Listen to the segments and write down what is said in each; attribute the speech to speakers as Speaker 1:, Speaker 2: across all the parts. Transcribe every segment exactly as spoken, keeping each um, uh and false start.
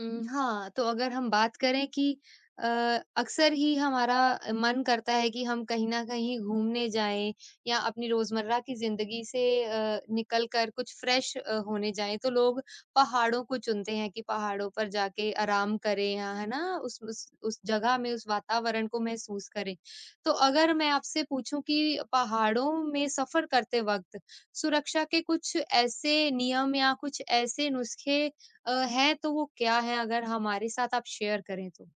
Speaker 1: उम, हाँ, तो अगर हम बात करें कि अ, अक्सर ही हमारा मन करता है कि हम कहीं न कहीं घूमने जाएँ या अपनी रोज़मर्रा की ज़िंदगी से अ, निकल कर कुछ फ्रेश अ, होने जाएँ, तो लोग पहाड़ों को चुनते हैं कि पहाड़ों पर जाके आराम करें या है ना? उस उस उस जगह में, उस वातावरण को महसूस करें। तो अगर मैं आपसे पूछूँ कि पहाड़ों में सफ़र करते वक़्त सुरक्षा के कुछ ऐसे नियम या कुछ ऐसे नुस्खे अ, है तो वो क्या है अगर हमारे साथ आप शेयर करें तो?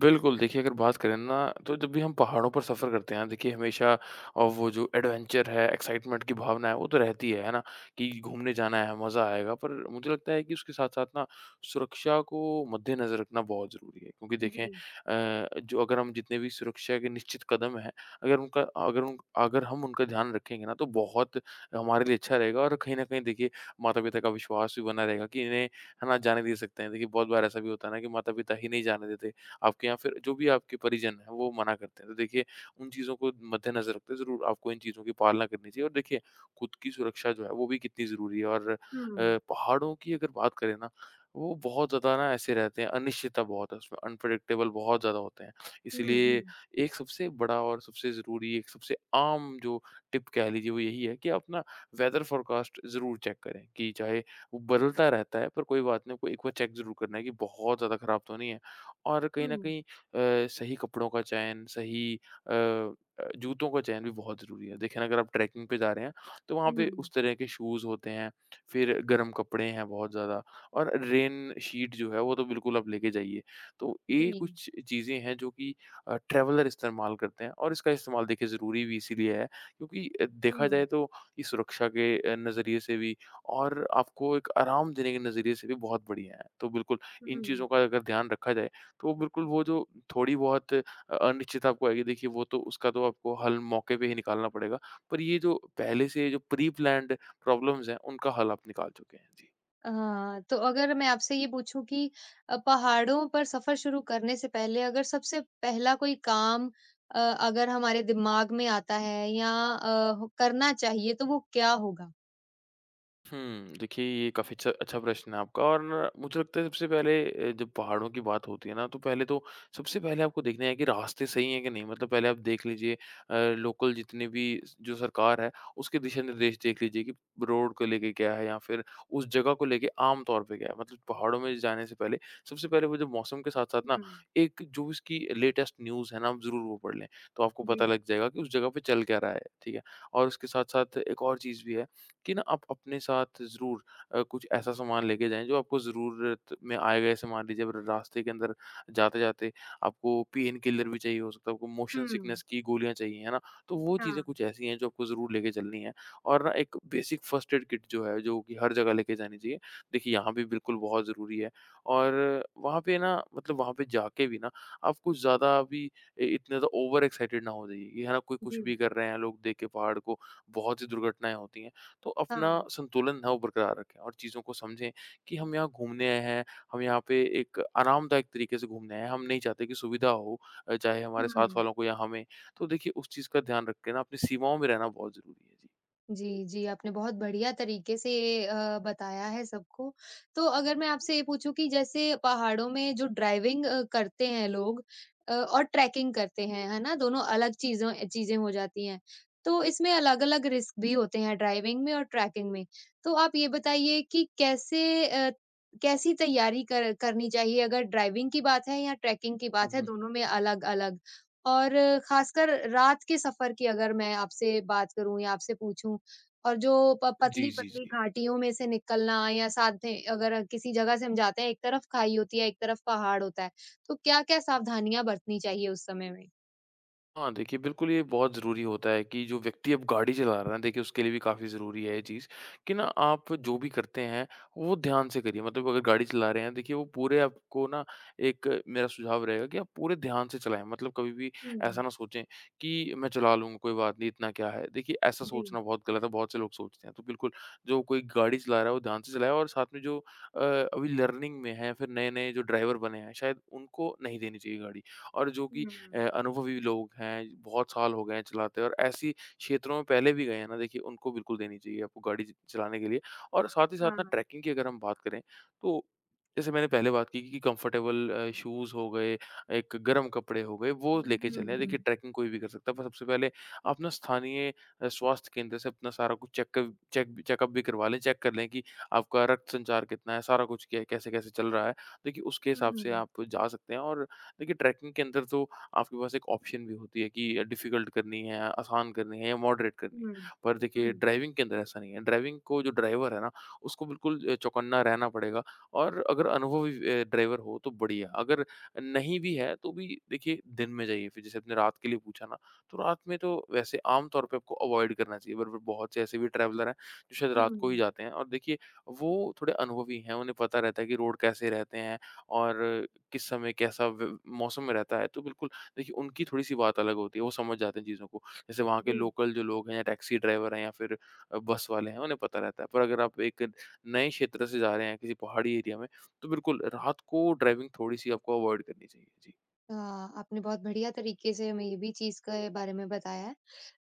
Speaker 2: बिल्कुल, देखिए अगर बात करें ना, तो जब भी हम पहाड़ों पर सफ़र करते हैं, देखिए हमेशा अ, वो जो एडवेंचर है, एक्साइटमेंट की भावना है, वो तो रहती है, है ना? कि घूमने जाना है, मज़ा आएगा। पर मुझे लगता है कि उसके साथ-साथ ना सुरक्षा को मद्देनज़र रखना बहुत ज़रूरी है। क्योंकि देखें,
Speaker 1: जी।
Speaker 2: अ, जो अगर हम, जितने भी सुरक्षा के निश्चित कदम हैं, अगर उनका अगर उन अगर हम उनका ध्यान रखेंगे ना, तो बहुत हमारे लिए अच्छा रहेगा। और कहीं न कहीं देखिए माता-पिता का विश्वास भी बना रहेगा कि इन्हें, है ना, जाने दे सकते हैं। देखिए बहुत बार ऐसा भी होता है ना कि माता-पिता ही नहीं जाने देते आपके, या फिर जो भी आपके परिजन हैं वो मना करते हैं। तो देखिए उन चीज़ों को मद्देनज़र रखते हुए ज़रूर आपको इन चीज़ों की पालना करनी चाहिए। और देखिए खुद की सुरक्षा जो है, वो भी कितनी ज़रूरी है। और अ,
Speaker 1: हुँ,
Speaker 2: पहाड़ों की अगर बात करें ना, वो बहुत ज़्यादा ना ऐसे रहते हैं, अनिश्चितता बहुत है उसमें, अनप्रेडिक्टेबल बहुत ज़्यादा होते हैं।
Speaker 1: हुँ,
Speaker 2: इसलिए
Speaker 1: हुँ,
Speaker 2: एक सबसे बड़ा और सबसे ज़रूरी, एक सबसे आम जो टिप कह लीजिए, वो यही है कि आप ना वेदर फ़ोरकास्ट ज़रूर चेक करें। कि चाहे वो बदलता रहता है, पर कोई बात नहीं, आपको एक बार चेक ज़रूर करना है कि बहुत ज़्यादा खराब तो नहीं है। और कहीं न
Speaker 1: हुँ,
Speaker 2: कहीं अ, सही कपड़ों का चयन, सही अ अ, जूतों का चयन भी बहुत ज़रूरी है। देखिए ना, अगर आप ट्रैकिंग पे जा रहे हैं, तो वहाँ
Speaker 1: हुँ,
Speaker 2: पे उस तरह के शूज़ होते हैं, फिर गर्म कपड़े हैं बहुत ज़्यादा, और रेन शीट जो है वो तो बिल्कुल आप लेके जाइए। तो ये
Speaker 1: जी,
Speaker 2: कुछ चीज़ें हैं जो कि अ, ट्रैवलर इस्तेमाल करते हैं। और इसका इस्तेमाल देखिए ज़रूरी भी इसीलिए है, क्योंकि अ, देखा
Speaker 1: हुँ,
Speaker 2: जाए तो ये सुरक्षा के अ, नज़रिए से भी और आपको एक आराम देने के नज़रिए से भी बहुत बढ़िया है। तो बिल्कुल इन चीज़ों
Speaker 1: हुँ।
Speaker 2: का अगर ध्यान रखा जाए, तो बिल्कुल वो जो थोड़ी बहुत अ, अनिश्चितता आपको आएगी, देखिए वो तो, उसका तो आपको हल मौके पे ही निकालना पड़ेगा। पर ये जो पहले से जो प्री प्लान्ड प्रॉब्लम्स हैं, उनका हल आप निकाल चुके हैं। जी।
Speaker 1: हाँ, तो अगर मैं आपसे ये पूछूँ कि अ, पहाड़ों पर सफ़र शुरू करने से पहले अगर सबसे पहला कोई काम अ, अगर हमारे दिमाग में आता है या अ, ह करना चाहिए तो वो क्या होगा?
Speaker 2: हुँ, देखिए ये काफ़ी अच्छा अच्छा प्रश्न है आपका। और न- मुझे लगता है सबसे पहले, अ, जब पहाड़ों की बात होती है ना, तो पहले तो, सबसे पहले आपको देखना है कि रास्ते सही हैं कि नहीं। मतलब पहले आप देख लीजिए, अ, लोकल जितने भी स- जो सरकार है उसके दिशा निर्देश देख लीजिए कि रोड को लेके क्या है, या फिर उस जगह को लेके आम तौर पे क्या है। मतलब पहाड़ों में जाने से पहले, सबसे पहले वो जो मौसम के साथ-साथ ना,
Speaker 1: हुँ,
Speaker 2: एक जो उसकी लेटेस्ट न्यूज़ है ना, आप ज़रूर वो पढ़ लें। तो आपको
Speaker 1: जी,
Speaker 2: पता लग जाएगा कि उस जगह पे चल क्या रहा है, ठीक है? और उसके साथ-साथ एक और चीज़ भी है कि ना आप अपने साथ ज़रूर अ, कुछ ऐसा सामान लेके जाएँ जो आपको ज़रूरत में आएगा। जैसे मान लीजिए, अगर रास्ते के अंदर जाते-जाते आपको पेन किलर भी चाहिए हो सकता है, आपको मोशन
Speaker 1: हुँ,
Speaker 2: सिकनेस की गोलियाँ चाहिए, है ना? तो वो
Speaker 1: हाँ,
Speaker 2: चीज़ें कुछ ऐसी हैं जो आपको ज़रूर लेके चलनी है। और ना, एक बेसिक फर्स्ट एड किट जो है, जो कि हर जगह लेके जानी चाहिए। देखिए यहाँ भी बिल्कुल बहुत ज़रूरी है। और वहाँ पे ना, मतलब वहाँ पे जाके भी ना, आप कुछ ज़्यादा भी इ इतने ज़्यादा ओवर एक्साइटेड ना हो जाइए कि, है ना, कोई कुछ
Speaker 1: जी,
Speaker 2: भी कर रहे हैं लोग देख के पहाड़ को, बहुत सी दुर्घटनाएँ होती हैं। तो
Speaker 1: हाँ,
Speaker 2: अपना संतुलन है वो बरकरार रखें और चीज़ों को समझें कि हम यहाँ घूमने आए हैं, हम यहाँ पे एक आरामदायक तरीके से घूमने आए हैं, हम नहीं चाहते कि सुविधा हो अ, चाहे हमारे साथ
Speaker 1: हुँ।
Speaker 2: वालों को या हमें। तो देखिए उस चीज़ का ध्यान रख के ना, अपनी सीमाओं में रहना बहुत ज़रूरी है। जी।
Speaker 1: जी, जी, आपने बहुत बढ़िया तरीके से अ, बताया है सबको। तो अगर मैं आपसे ये पूछूँ कि जैसे पहाड़ों में जो ड्राइविंग अ, करते हैं लोग अ, और ट्रैकिंग करते हैं, है ना? दोनों अलग चीज़ों चीज़ें हो जाती हैं। तो इसमें अलग-अलग रिस्क भी होते हैं ड्राइविंग में और ट्रैकिंग में। तो आप ये बताइए कि कैसे अ, कैसी तैयारी कर करनी चाहिए अगर ड्राइविंग की बात है या ट्रैकिंग की
Speaker 2: हुँ,
Speaker 1: बात है,
Speaker 2: हुँ।
Speaker 1: दोनों में अलग-अलग? और ख़ासकर रात के सफ़र की अगर मैं आपसे बात करूँ या आपसे पूछूँ और जो प
Speaker 2: जी, जी,
Speaker 1: पतली-पतली
Speaker 2: जी।
Speaker 1: घाटियों में से निकलना या साथ में अगर किसी जगह से हम जाते हैं, एक तरफ खाई होती है, एक तरफ पहाड़ होता है, तो क्या-क्या सावधानियाँ बरतनी चाहिए उस समय में?
Speaker 2: हाँ, देखिए बिल्कुल, ये बहुत ज़रूरी होता है कि जो व्यक्ति अब गाड़ी चला रहा है ना, देखिए उसके लिए भी काफ़ी ज़रूरी है ये चीज़ कि ना, आप जो भी करते हैं वो ध्यान से करिए। मतलब अगर गाड़ी चला रहे हैं, देखिए वो पूरे आपको ना, एक मेरा सुझाव रहेगा कि आप पूरे ध्यान से चलाएँ। मतलब कभी भी ऐसा
Speaker 1: हुँ,
Speaker 2: ना सोचें कि मैं चला लूँगा, कोई बात नहीं, इतना क्या है। देखिए ऐसा
Speaker 1: जी,
Speaker 2: सोचना बहुत गलत है, बहुत से लोग सोचते हैं। तो बिल्कुल जो कोई गाड़ी चला रहा है, वो ध्यान से चलाए। और साथ में जो अ, अभी लर्निंग में है, फिर नए-नए जो ड्राइवर बने हैं, शायद उनको नहीं देनी चाहिए गाड़ी। और जो कि
Speaker 1: हुँ,
Speaker 2: अ, अनुभवी लोग हैं, बहुत साल हो गए हैं चलाते, और ऐसी क्षेत्रों में पहले भी गए हैं ना, देखिए उनको बिल्कुल देनी चाहिए आपको गाड़ी च चलाने के लिए। और साथ ही साथ
Speaker 1: हाँ,
Speaker 2: ना, ट्रैकिंग की अगर हम बात करें, तो जैसे मैंने पहले बात की कि कंफर्टेबल अ, शूज़ हो गए, एक गर्म कपड़े हो गए, वो लेके
Speaker 1: हुँ,
Speaker 2: चलें।
Speaker 1: हुँ,
Speaker 2: देखिए ट्रैकिंग कोई भी कर सकता है, पर सबसे पहले आप ना स्थानीय अ, स्वास्थ्य केंद्र से अपना सारा कुछ चेकअप चेक चेकअप भी करवा लें, चेक कर लें कि आपका रक्त संचार कितना है, सारा कुछ क्या, कैसे-कैसे चल रहा है। देखिए उसके हिसाब से
Speaker 1: हुँ,
Speaker 2: आप जा सकते हैं। और देखिए ट्रैकिंग के अंदर तो आपके पास एक ऑप्शन भी होती है कि डिफ़िकल्ट करनी है, आसान करनी है, या मॉडरेट करनी है।
Speaker 1: हुँ,
Speaker 2: पर देखिए
Speaker 1: हुँ,
Speaker 2: ड्राइविंग के अंदर ऐसा नहीं है। ड्राइविंग को जो ड्राइवर है ना, उसको बिल्कुल अ, चौकन्ना रहना पड़ेगा। और अगर अनुभवी अ, ड्राइवर हो तो बढ़िया, अगर नहीं भी है तो भी देखिए दिन में जाइए। फिर जैसे आपने रात के लिए पूछा ना, तो रात में तो वैसे आम तौर पे आपको अवॉइड करना चाहिए। पर बहुत से ऐसे भी ट्रैवलर हैं जो शायद रात को ही
Speaker 1: हुँ,
Speaker 2: जाते हैं। और देखिए वो थोड़े अनुभवी हैं, उन्हें पता रहता है कि रोड कैसे रहते हैं और किस समय कैसा व मौसम में रहता है। तो बिल्कुल देखिए उनकी थोड़ी-सी बात अलग होती है, वो समझ जाते हैं चीज़ों को। जैसे वहाँ के
Speaker 1: जी।
Speaker 2: लोकल जो लोग हैं, या टैक्सी ड्राइवर हैं, या फिर अ, बस वाले हैं, उन्हें पता रहता है। पर अगर आप एक नए क्षेत्र से जा रहे हैं किसी पहाड़ी एरिया में, तो बिल्कुल रात को ड्राइविंग थोड़ी-सी आपको अवॉइड करनी चाहिए। जी।
Speaker 1: हाँ, आपने बहुत बढ़िया तरीके से हमें ये भी चीज़ के बारे में बताया है।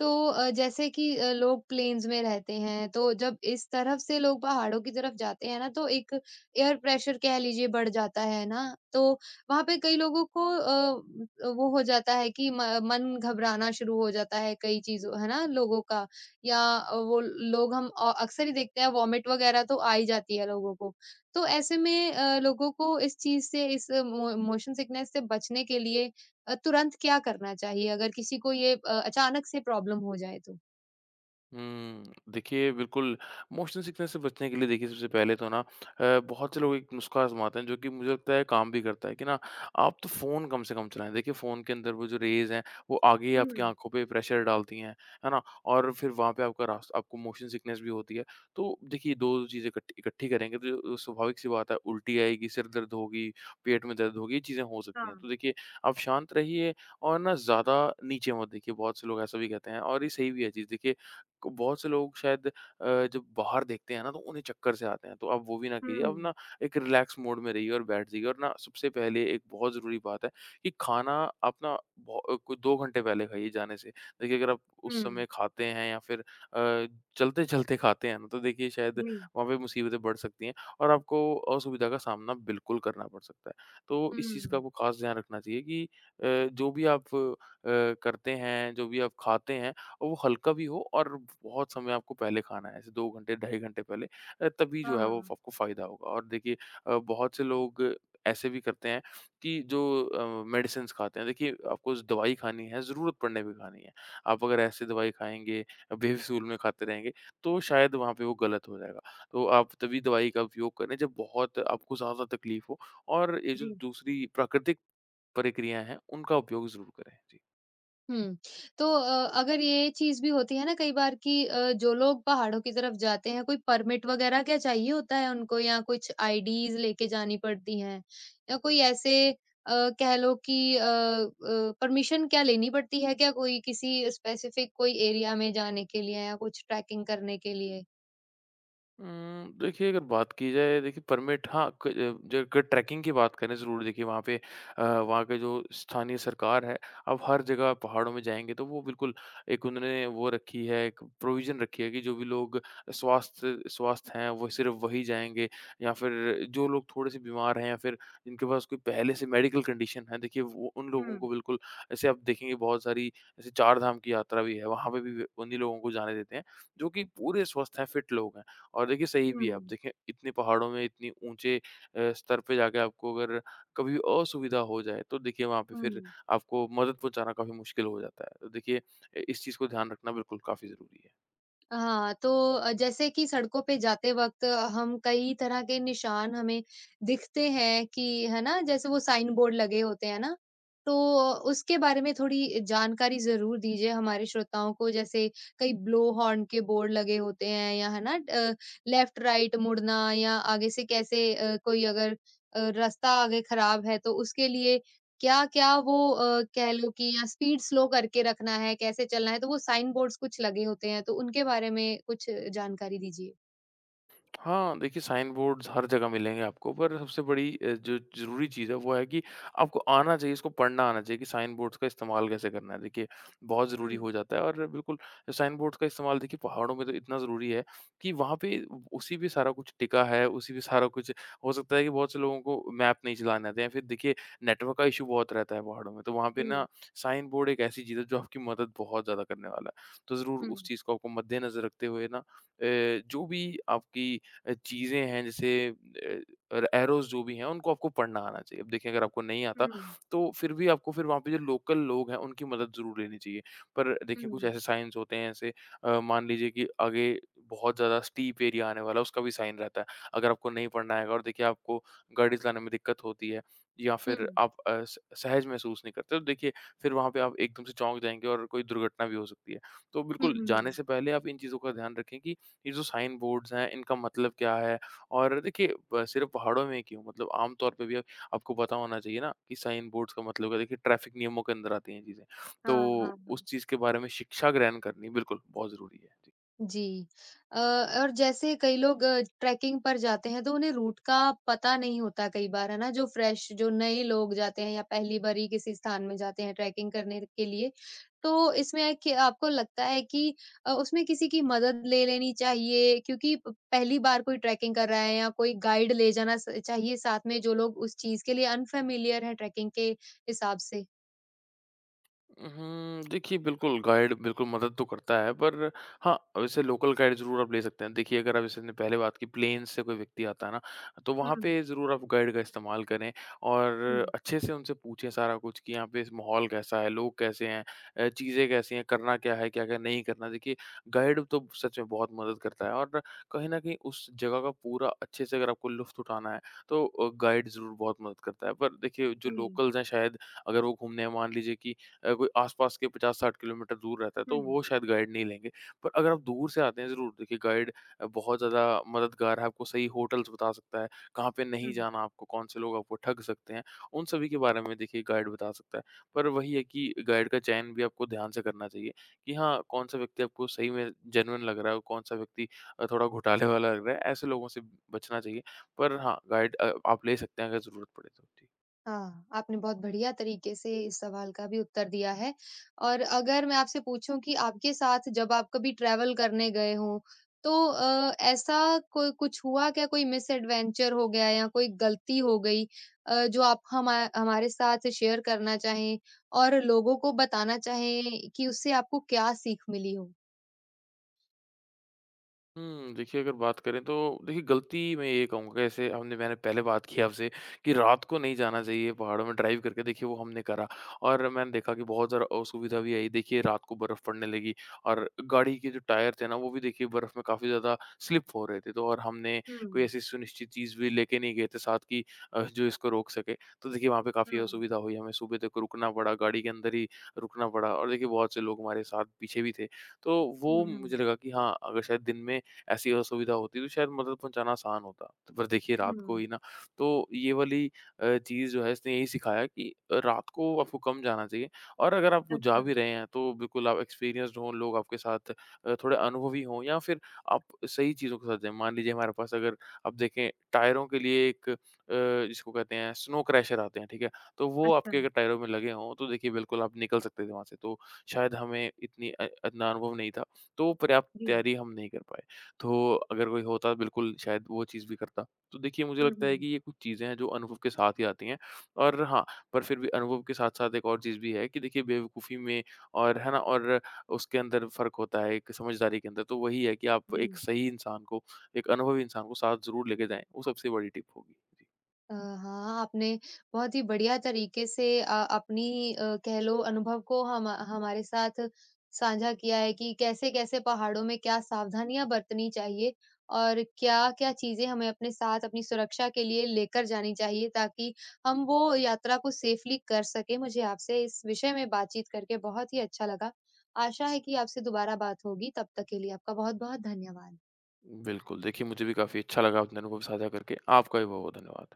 Speaker 1: तो अ, जैसे कि अ, लोग प्लेन्स में रहते हैं, तो जब इस तरफ से लोग पहाड़ों की तरफ जाते हैं ना, तो एक एयर प्रेशर कह लीजिए बढ़ जाता है ना, तो वहाँ पे कई लोगों को अ, वो हो जाता है कि म मन घबराना शुरू हो जाता है कई चीज़ों है ना, लोगों का या अ, वो लोग हम अ, अक्सर ही देखते हैं वॉमिट वगैरह तो आ ही जाती है लोगों को। तो ऐसे में अ, लोगों को इस चीज़ से, इस मो मोशन सिकनेस से बचने के लिए अ, तुरंत क्या करना चाहिए अगर किसी को ये अ, अचानक से प्रॉब्लम हो जाए तो?
Speaker 2: हुँ, देखिए बिल्कुल, मोशन सिकनेस से बचने के लिए देखिए सबसे पहले तो ना, अ, बहुत से लोग एक नुस्खा आज़माते हैं जो कि मुझे लगता है काम भी करता है कि ना आप तो फ़ोन कम से कम चलाएँ। देखिए फ़ोन के अंदर वो जो रेज़ हैं, वो आगे ही आपकी
Speaker 1: हुँ,
Speaker 2: आँखों पे प्रेशर डालती हैं, है ना? और फिर वहाँ पे आपका रास, आपको मोशन सिकनेस भी होती है। तो देखिए दो चीज़ें इकट्ठी इकट्ठी करेंगे, तो जो स्वाभाविक सी बात है, उल्टी आएगी, सिर दर्द होगी, पेट में दर्द होगी, ये चीज़ें हो
Speaker 1: हाँ,
Speaker 2: सकती हैं। तो देखिए आप शांत रहिए और ना ज़्यादा नीचे मत देखिए, बहुत से लोग ऐसा भी कहते हैं, और ये सही भी है चीज़। देखिए को बहुत से लोग शायद, अ, जब बाहर देखते हैं ना, तो उन्हें चक्कर से आते हैं। तो आप वो भी ना कीजिए, आप
Speaker 1: हुँ,
Speaker 2: ना एक रिलैक्स मोड में रहिए और बैठ जाइए। और ना सबसे पहले एक बहुत ज़रूरी बात है कि खाना आप ना बहु कोई दो घंटे पहले खाइए जाने से। देखिए अगर आप उस
Speaker 1: हुँ,
Speaker 2: समय खाते हैं, या फिर अ, चलते-चलते खाते हैं ना, तो देखिए शायद
Speaker 1: जी,
Speaker 2: वहाँ पे मुसीबतें बढ़ सकती हैं, और आपको असुविधा का सामना बिल्कुल करना पड़ सकता है। तो इस चीज़ का
Speaker 1: हुँ,
Speaker 2: आपको ख़ास ध्यान रखना चाहिए कि अ, जो भी आप अ, करते हैं, जो भी आप खाते हैं, और वो हल्का भी हो। और बहुत समय आपको पहले खाना है, ऐसे दो घंटे, ढाई घंटे पहले, अ, तभी जो है वो
Speaker 1: हाँ,
Speaker 2: आपको फ़ायदा होगा। और देखिए अ, बहुत से लोग ऐसे भी करते हैं कि जो अ, मेडिसिन्स खाते हैं, देखिए आपको ज़ दवाई खानी है, ज़रूरत पड़ने पे खानी है। आप अगर ऐसे दवाई खाएँगे, बेफिज़ूल में खाते रहेंगे, तो शायद वहाँ पे वो गलत हो जाएगा। तो आप तभी दवाई का उपयोग करें जब बहुत आपको ज़्यादा तकलीफ़ हो। और ये जो
Speaker 1: जी।
Speaker 2: दूसरी प्राकृतिक प्रक्रियाएँ हैं, उनका उपयोग ज़रूर करें। जी।
Speaker 1: हुँ, तो अ, अगर ये चीज़ भी होती है ना कई बार कि अ, जो लोग पहाड़ों की तरफ जाते हैं, कोई परमिट वगैरह क्या चाहिए होता है उनको या कुछ आईडीज़ लेके जानी पड़ती हैं? या कोई ऐसे अ, कह लो कि अ अ, परमिशन क्या लेनी पड़ती है क्या कोई किसी स्पेसिफिक कोई एरिया में जाने के लिए या कुछ ट्रैकिंग करने के लिए?
Speaker 2: उम, देखिए अगर बात की जाए, देखिए परमिट, हाँ, क ज अगर ट्रैकिंग की बात करें, ज़रूर देखिए वहाँ पे अ, वहाँ के जो स्थानीय सरकार है, अब हर जगह पहाड़ों में जाएँगे तो वो बिल्कुल एक उन्होंने वो रखी है, एक प्रोविज़न रखी है कि जो भी लोग स्वास्थ्य स्वस्थ हैं, वो सिर्फ़ वही जाएँगे। या फिर जो लोग थोड़े-से बीमार हैं, या फिर जिनके पास कोई पहले से मेडिकल कंडीशन है, देखिए वो उन लोगों
Speaker 1: हुँ।
Speaker 2: को बिल्कुल, ऐसे आप देखेंगे बहुत सारी ऐसे चार धाम की यात्रा भी है, वहाँ पे भी वे- उन्हीं लोगों को जाने देते हैं, जो कि पूरे स्वस्थ हैं, फिट लोग हैं। और देखिए सही भी है। आप
Speaker 1: हुँ,
Speaker 2: देखें इतने पहाड़ों में इतनी ऊँचे अ, स्तर पे जाके आपको अगर कभी असुविधा हो जाए तो देखिए वहाँ पे फिर
Speaker 1: हुँ।
Speaker 2: आपको मदद पहुँचाना काफ़ी मुश्किल हो जाता है। तो देखिए अ, इस चीज़ को ध्यान रखना बिल्कुल काफ़ी ज़रूरी है।
Speaker 1: हाँ, तो अ, जैसे कि सड़कों पे जाते वक़्त हम कई तरह के निशान हमें दिखते हैं कि है ना? जैसे वो साइन बोर्ड लगे होते हैं ना? तो उसके बारे में थोड़ी जानकारी ज़रूर दीजिए हमारे श्रोताओं को जैसे कई ब्लो हॉर्न के बोर्ड लगे होते हैं या है ना? अ, लेफ्ट राइट मुड़ना या आगे से कैसे अ, कोई अगर अ, रास्ता आगे खराब है तो उसके लिए क्या-क्या वो अ, कह लो कि या स्पीड स्लो करके रखना है, कैसे चलना है, तो वो साइन बोर्ड्स कुछ लगे होते हैं, तो उनके बारे में कुछ जानकारी दीजिए?
Speaker 2: हाँ, देखिए साइन बोर्ड्स हर जगह मिलेंगे आपको, पर सबसे बड़ी अ, जो ज़रूरी चीज़ है वो है कि आपको आना चाहिए, इसको पढ़ना आना चाहिए कि साइन बोर्ड्स का इस्तेमाल कैसे करना है। देखिए बहुत ज़रूरी
Speaker 1: हुँ,
Speaker 2: हो जाता है। और बिल्कुल साइन बोर्ड्स का इस्तेमाल देखिए पहाड़ों में तो इतना ज़रूरी है कि वहाँ पे उसी पे सारा कुछ टिका है, उसी पे सारा कुछ हो सकता है कि बहुत से लोगों को मैप नहीं चलाने आते, या फिर देखिए नेटवर्क का इश्यू बहुत रहता है पहाड़ों में, तो वहाँ पे
Speaker 1: जी।
Speaker 2: ना साइन बोर्ड एक ऐसी चीज़ है जो आपकी मदद बहुत ज़्यादा करने वाला है। तो ज़रूर
Speaker 1: हुँ,
Speaker 2: उस चीज़ को आपको मद्देनज़र रखते हुए ना अ, जो भी आपकी अ, चीज़ें हैं, जैसे अ, और एरोज़ जो भी हैं उनको आपको पढ़ना आना चाहिए। अब देखिए अगर आपको नहीं
Speaker 1: हुँ,
Speaker 2: आता
Speaker 1: हुँ,
Speaker 2: तो फिर भी आपको फिर वहाँ पे जो लोकल लोग हैं उनकी मदद ज़रूर लेनी चाहिए। पर देखिए कुछ ऐसे साइन्स होते हैं, ऐसे अ, मान लीजिए कि आगे बहुत ज़्यादा स्टीप एरिया आने वाला है, उसका भी साइन रहता है। अगर आपको नहीं पढ़ना आएगा और देखिए आपको गाड़ी चलाने में दिक्कत होती है या फिर
Speaker 1: हुँ,
Speaker 2: आप अ, स सहज महसूस नहीं करते तो देखिए फिर वहाँ पे आप एकदम से चौंक जाएँगे और कोई दुर्घटना भी हो सकती है। तो
Speaker 1: हुँ,
Speaker 2: बिल्कुल
Speaker 1: हुँ,
Speaker 2: जाने
Speaker 1: हुँ।
Speaker 2: से पहले आप इन चीज़ों का ध्यान रखें कि ये जो साइन बोर्ड्स हैं इनका मतलब क्या है? और देखिए ब सिर्फ़ पहाड़ों में क्यों, मतलब आम तौर पे भी आप- आपको पता होना चाहिए ना कि साइन बोर्ड्स का मतलब क्या है। देखिए ट्रैफ़िक नियमों के अंदर आती हैं ये चीज़ें।
Speaker 1: हाँ,
Speaker 2: तो
Speaker 1: हाँ, हाँ।
Speaker 2: उस चीज़ के बारे में शिक्षा ग्रहण करनी बिल्कुल बहुत ज़रूरी है।
Speaker 1: जी। अ, और जैसे कई लोग अ, ट्रैकिंग पर जाते हैं तो उन्हें रूट का पता नहीं होता कई बार, है ना? जो फ्रेश जो नए लोग जाते हैं या पहली बार ही किसी स्थान में जाते हैं ट्रैकिंग करने के लिए, तो इसमें है कि आपको लगता है कि अ, उसमें किसी की मदद ले लेनी चाहिए क्योंकि प पहली बार कोई ट्रैकिंग कर रहा है या कोई गाइड ले जाना स चाहिए साथ में जो लोग उस चीज़ के लिए अनफ़ेमिलियर हैं ट्रैकिंग के हिसाब से?
Speaker 2: उहुँ, देखिए बिल्कुल गाइड बिल्कुल मदद तो करता है, पर हाँ, वैसे लोकल गाइड ज़रूर आप ले सकते हैं। देखिए अगर आप, जैसे हमने पहले बात की, प्लेन से कोई व्यक्ति आता है ना, तो वहाँ
Speaker 1: हुँ,
Speaker 2: पे ज़रूर आप गाइड का इस्तेमाल करें
Speaker 1: हुँ,
Speaker 2: और अच्छे से उनसे पूछें सारा कुछ कि यहाँ पे इस माहौल कैसा है, लोग कैसे हैं, अ, चीज़ें कैसी हैं, करना क्या है, क्या-क्या नहीं करना। देखिए गाइड तो सच में बहुत मदद करता है, और कहीं न कहीं उस जगह का पूरा अच्छे से अगर आपको लुफ़्त उठाना है तो अ, गाइड ज़रूर बहुत मदद करता है। पर देखिए जो
Speaker 1: जी।
Speaker 2: लोकल्स हैं, शायद अगर वो घूमने, मान लीजिए कि अ, कोई आसपास के पचास साठ किलोमीटर दूर रहता है, तो
Speaker 1: हुँ,
Speaker 2: वो शायद गाइड नहीं लेंगे। पर अगर आप दूर से आते हैं, ज़रूर देखिए गाइड अ, बहुत ज़्यादा मददगार है। आपको सही होटल्स बता सकता है, कहाँ पे नहीं
Speaker 1: हुँ।
Speaker 2: जाना आपको, कौन से लोग आपको ठग सकते हैं, उन सभी के बारे में देखिए गाइड बता सकता है। पर वही है कि गाइड का चयन भी आपको ध्यान से करना चाहिए कि हाँ, कौन सा व्यक्ति आपको सही में जेन्युइन लग रहा है, और कौन सा व्यक्ति अ, थोड़ा घोटाले वाला लग रहा है। ऐसे लोगों से बचना चाहिए। पर हाँ, गाइड अ, आप ले सकते हैं अगर ज़रूरत पड़े तो। जी।
Speaker 1: हाँ, आपने बहुत बढ़िया तरीके से इस सवाल का भी उत्तर दिया है। और अगर मैं आपसे पूछूँ कि आपके साथ जब आप कभी ट्रैवल करने गए हों, तो अ, ऐसा कोई कुछ हुआ क्या? कोई मिसएडवेंचर हो गया या कोई गलती हो गई अ, जो आप हमा हमारे साथ शेयर करना चाहें और लोगों को बताना चाहें कि उससे आपको क्या सीख मिली हो?
Speaker 2: हुँ, देखिए अगर बात करें तो देखिए गलती मैं ये कहूँगा, जैसे हमने मैंने पहले बात की आपसे कि रात को नहीं जाना चाहिए पहाड़ों में ड्राइव करके, देखिए वो हमने करा और मैंने देखा कि बहुत ज़्यादा असुविधा भी आई। देखिए रात को बर्फ़ पड़ने लगी और गाड़ी के जो टायर थे ना वो भी देखिए बर्फ़ में काफ़ी ज़्यादा स्लिप हो रहे थे, तो और हमने कोई
Speaker 1: हुँ,
Speaker 2: ऐसी सुनिश्चित चीज़ भी लेके नहीं गए थे साथ की अ, जो इसको रोक सके। तो देखिए वहाँ पे काफ़ी
Speaker 1: हाँ।
Speaker 2: असुविधा हुई, हमें सुबह तक रुकना पड़ा, गाड़ी के अंदर ही रुकना पड़ा, और देखिए बहुत से लोग हमारे साथ पीछे भी थे। तो वो
Speaker 1: हुँ, हुँ,
Speaker 2: मुझे लगा कि हाँ, अगर शायद दिन में ऐसी असुविधा होती तो शायद मदद पहुँचाना आसान होता। तो पर देखिए रात
Speaker 1: हुँ।
Speaker 2: को ही ना तो ये वाली अ, चीज़ जो है इसने यही सिखाया कि रात को आपको कम जाना चाहिए, और अगर आप जा
Speaker 1: अच्छा,
Speaker 2: भी रहे हैं तो बिल्कुल आप एक्सपीरियंस्ड हों, लोग आपके साथ अ, थोड़े अनुभवी हों, या फिर आप सही चीज़ों के साथ जाएँ। मान लीजिए हमारे पास, अगर आप देखें, टायरों के लिए एक अ, जिसको कहते हैं स्नो क्रैशर आते हैं, ठीक है? तो वो
Speaker 1: अच्छा।
Speaker 2: आपके अगर टायरों में लगे हों तो देखिए बिल्कुल आप निकल सकते थे वहाँ से। तो शायद हमें इतनी अ, इतना अनुभव नहीं था, तो पर्याप्त
Speaker 1: जी।
Speaker 2: तैयारी हम नहीं कर पाए। तो अगर कोई होता बिल्कुल शायद वो चीज़ भी करता। तो देखिए मुझे
Speaker 1: हुँ,
Speaker 2: लगता है
Speaker 1: हुँ।
Speaker 2: कि ये कुछ चीज़ें हैं जो अनुभव के साथ ही आती हैं, और हाँ, पर फिर भी अनुभव के साथ-साथ एक और चीज़ भी है कि देखिए बेवकूफ़ी में और है ना? और उसके अंदर फ़र्क होता है एक समझदारी के अंदर। तो वही है कि आप
Speaker 1: जी।
Speaker 2: एक सही इंसान को, एक अनुभवी इंसान को साथ ज़रूर लेके जाएँ, वो सबसे बड़ी टिप होगी। जी।
Speaker 1: अ, हाँ, आपने बहुत ही बढ़िया तरीके से अ, अपनी अ, कह लो अनुभव को हम हमारे साथ साझा किया है कि कैसे-कैसे पहाड़ों में क्या सावधानियाँ बरतनी चाहिए और क्या-क्या चीज़ें हमें अपने साथ अपनी सुरक्षा के लिए लेकर जानी चाहिए ताकि हम वो यात्रा को सेफ़ली कर सकें। मुझे आपसे इस विषय में बातचीत करके बहुत ही अच्छा लगा। आशा है कि आपसे दोबारा बात होगी, तब तक के लिए आपका बहुत-बहुत धन्यवाद।
Speaker 2: बिल्कुल, देखिए मुझे भी काफ़ी अच्छा लगा अपने अनुभव साझा करके। आपका भी बहुत-बहुत धन्यवाद।